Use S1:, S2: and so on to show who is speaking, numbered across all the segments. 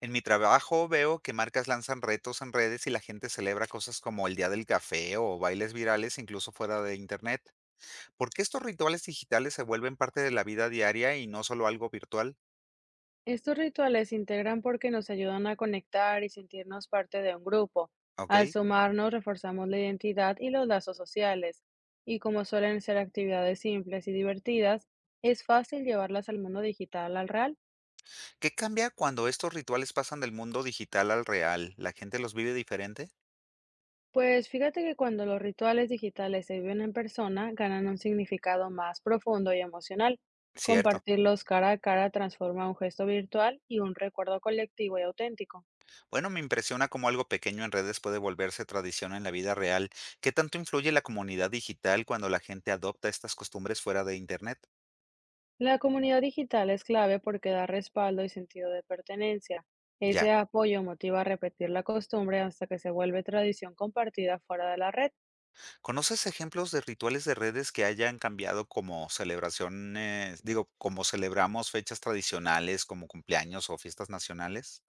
S1: En mi trabajo veo que marcas lanzan retos en redes y la gente celebra cosas como el Día del Café o bailes virales incluso fuera de Internet. ¿Por qué estos rituales digitales se vuelven parte de la vida diaria y no solo algo virtual?
S2: Estos rituales se integran porque nos ayudan a conectar y sentirnos parte de un grupo.
S1: ¿Ok?
S2: Al sumarnos, reforzamos la identidad y los lazos sociales. Y como suelen ser actividades simples y divertidas, es fácil llevarlas al mundo digital al real.
S1: ¿Qué cambia cuando estos rituales pasan del mundo digital al real? ¿La gente los vive diferente?
S2: Pues fíjate que cuando los rituales digitales se viven en persona, ganan un significado más profundo y emocional.
S1: Cierto.
S2: Compartirlos cara a cara transforma un gesto virtual y un recuerdo colectivo y auténtico.
S1: Bueno, me impresiona cómo algo pequeño en redes puede volverse tradición en la vida real. ¿Qué tanto influye la comunidad digital cuando la gente adopta estas costumbres fuera de Internet?
S2: La comunidad digital es clave porque da respaldo y sentido de pertenencia. Ese
S1: Ya.
S2: apoyo motiva a repetir la costumbre hasta que se vuelve tradición compartida fuera de la red.
S1: ¿Conoces ejemplos de rituales de redes que hayan cambiado como celebraciones, digo, como celebramos fechas tradicionales como cumpleaños o fiestas nacionales?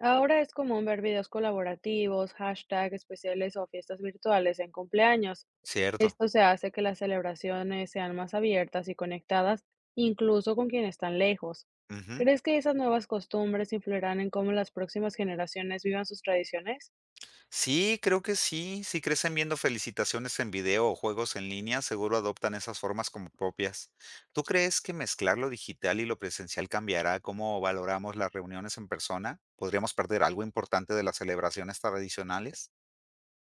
S2: Ahora es común ver videos colaborativos, hashtags especiales o fiestas virtuales en cumpleaños.
S1: Cierto.
S2: Esto se hace que las celebraciones sean más abiertas y conectadas, incluso con quienes están lejos.
S1: Ujú.
S2: ¿Crees que esas nuevas costumbres influirán en cómo las próximas generaciones vivan sus tradiciones?
S1: Sí, creo que sí. Si crecen viendo felicitaciones en video o juegos en línea, seguro adoptan esas formas como propias. ¿Tú crees que mezclar lo digital y lo presencial cambiará cómo valoramos las reuniones en persona? ¿Podríamos perder algo importante de las celebraciones tradicionales?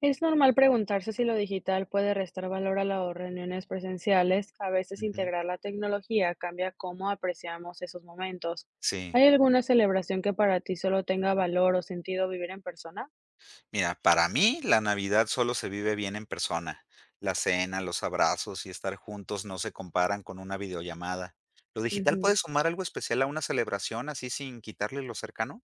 S2: Es normal preguntarse si lo digital puede restar valor a las reuniones presenciales. A veces
S1: Ujú.
S2: integrar la tecnología cambia cómo apreciamos esos momentos.
S1: Sí.
S2: ¿Hay alguna celebración que para ti solo tenga valor o sentido vivir en persona?
S1: Mira, para mí la Navidad solo se vive bien en persona. La cena, los abrazos y estar juntos no se comparan con una videollamada. ¿Lo digital
S2: Ujú.
S1: puede sumar algo especial a una celebración así sin quitarle lo cercano?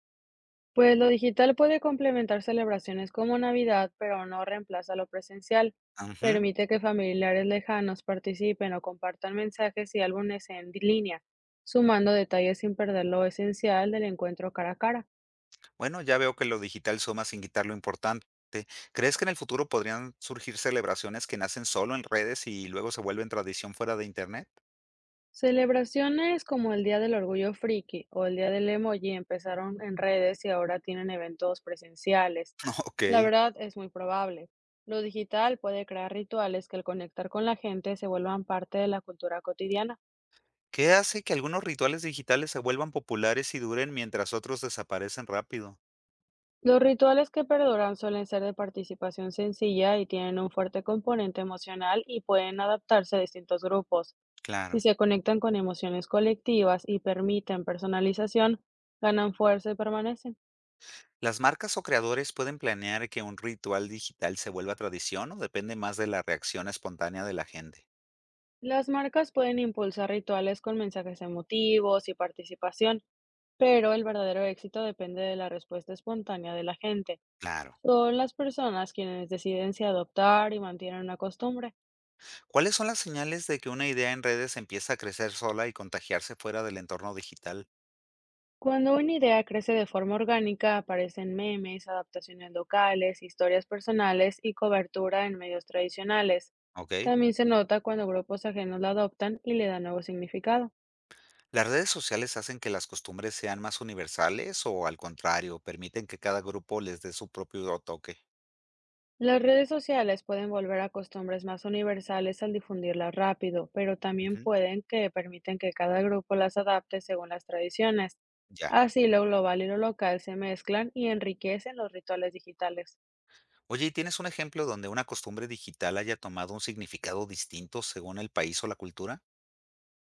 S2: Pues lo digital puede complementar celebraciones como Navidad, pero no reemplaza lo presencial.
S1: Ujú.
S2: Permite que familiares lejanos participen o compartan mensajes y álbumes en línea, sumando detalles sin perder lo esencial del encuentro cara a cara.
S1: Bueno, ya veo que lo digital suma sin quitar lo importante. ¿Crees que en el futuro podrían surgir celebraciones que nacen solo en redes y luego se vuelven tradición fuera de Internet?
S2: Celebraciones como el Día del Orgullo Friki o el Día del Emoji empezaron en redes y ahora tienen eventos presenciales. La
S1: Ok.
S2: verdad es muy probable. Lo digital puede crear rituales que al conectar con la gente se vuelvan parte de la cultura cotidiana.
S1: ¿Qué hace que algunos rituales digitales se vuelvan populares y duren mientras otros desaparecen rápido?
S2: Los rituales que perduran suelen ser de participación sencilla y tienen un fuerte componente emocional y pueden adaptarse a distintos grupos. Si
S1: Claro.
S2: se conectan con emociones colectivas y permiten personalización, ganan fuerza y permanecen.
S1: ¿Las marcas o creadores pueden planear que un ritual digital se vuelva tradición o depende más de la reacción espontánea de la gente?
S2: Las marcas pueden impulsar rituales con mensajes emotivos y participación, pero el verdadero éxito depende de la respuesta espontánea de la gente.
S1: Claro.
S2: Son las personas quienes deciden si adoptar y mantienen una costumbre.
S1: ¿Cuáles son las señales de que una idea en redes empieza a crecer sola y contagiarse fuera del entorno digital?
S2: Cuando una idea crece de forma orgánica, aparecen memes, adaptaciones locales, historias personales y cobertura en medios tradicionales.
S1: ¿Ok?
S2: También se nota cuando grupos ajenos la adoptan y le dan nuevo significado.
S1: ¿Las redes sociales hacen que las costumbres sean más universales o, al contrario, permiten que cada grupo les dé su propio toque?
S2: Las redes sociales pueden volver a costumbres más universales al difundirlas rápido, pero también
S1: Ujú,
S2: pueden que permiten que cada grupo las adapte según las tradiciones.
S1: ya.
S2: Así lo global y lo local se mezclan y enriquecen los rituales digitales.
S1: Oye, ¿y tienes un ejemplo donde una costumbre digital haya tomado un significado distinto según el país o la cultura?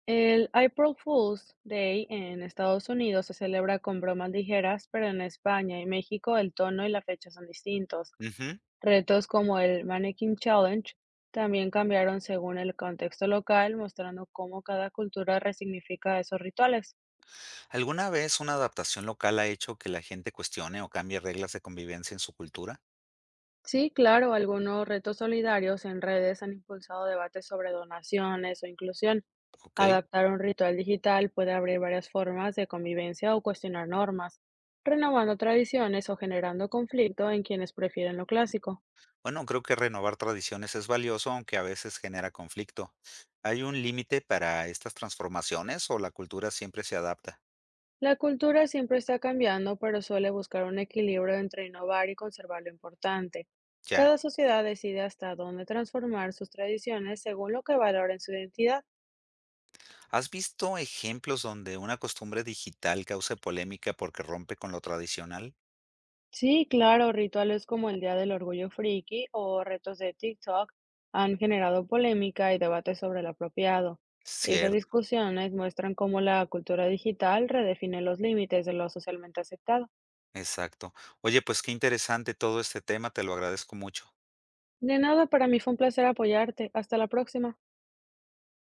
S2: El April Fool's Day en Estados Unidos se celebra con bromas ligeras, pero en España y México el tono y la fecha son distintos.
S1: Ujú.
S2: Retos como el Mannequin Challenge también cambiaron según el contexto local, mostrando cómo cada cultura resignifica esos rituales.
S1: ¿Alguna vez una adaptación local ha hecho que la gente cuestione o cambie reglas de convivencia en su cultura?
S2: Sí, claro, algunos retos solidarios en redes han impulsado debates sobre donaciones o inclusión.
S1: Ok.
S2: Adaptar un ritual digital puede abrir varias formas de convivencia o cuestionar normas, renovando tradiciones o generando conflicto en quienes prefieren lo clásico.
S1: Bueno, creo que renovar tradiciones es valioso, aunque a veces genera conflicto. ¿Hay un límite para estas transformaciones o la cultura siempre se adapta?
S2: La cultura siempre está cambiando, pero suele buscar un equilibrio entre innovar y conservar lo importante.
S1: Ya.
S2: Cada sociedad decide hasta dónde transformar sus tradiciones según lo que valora en su identidad.
S1: ¿Has visto ejemplos donde una costumbre digital cause polémica porque rompe con lo tradicional?
S2: Sí, claro, rituales como el Día del Orgullo Friki o retos de TikTok han generado polémica y debate sobre lo apropiado. Esas
S1: Cierto,
S2: discusiones muestran cómo la cultura digital redefine los límites de lo socialmente aceptado.
S1: exacto. Oye, pues qué interesante todo este tema, te lo agradezco mucho.
S2: De nada, para mí fue un placer apoyarte. Hasta la próxima.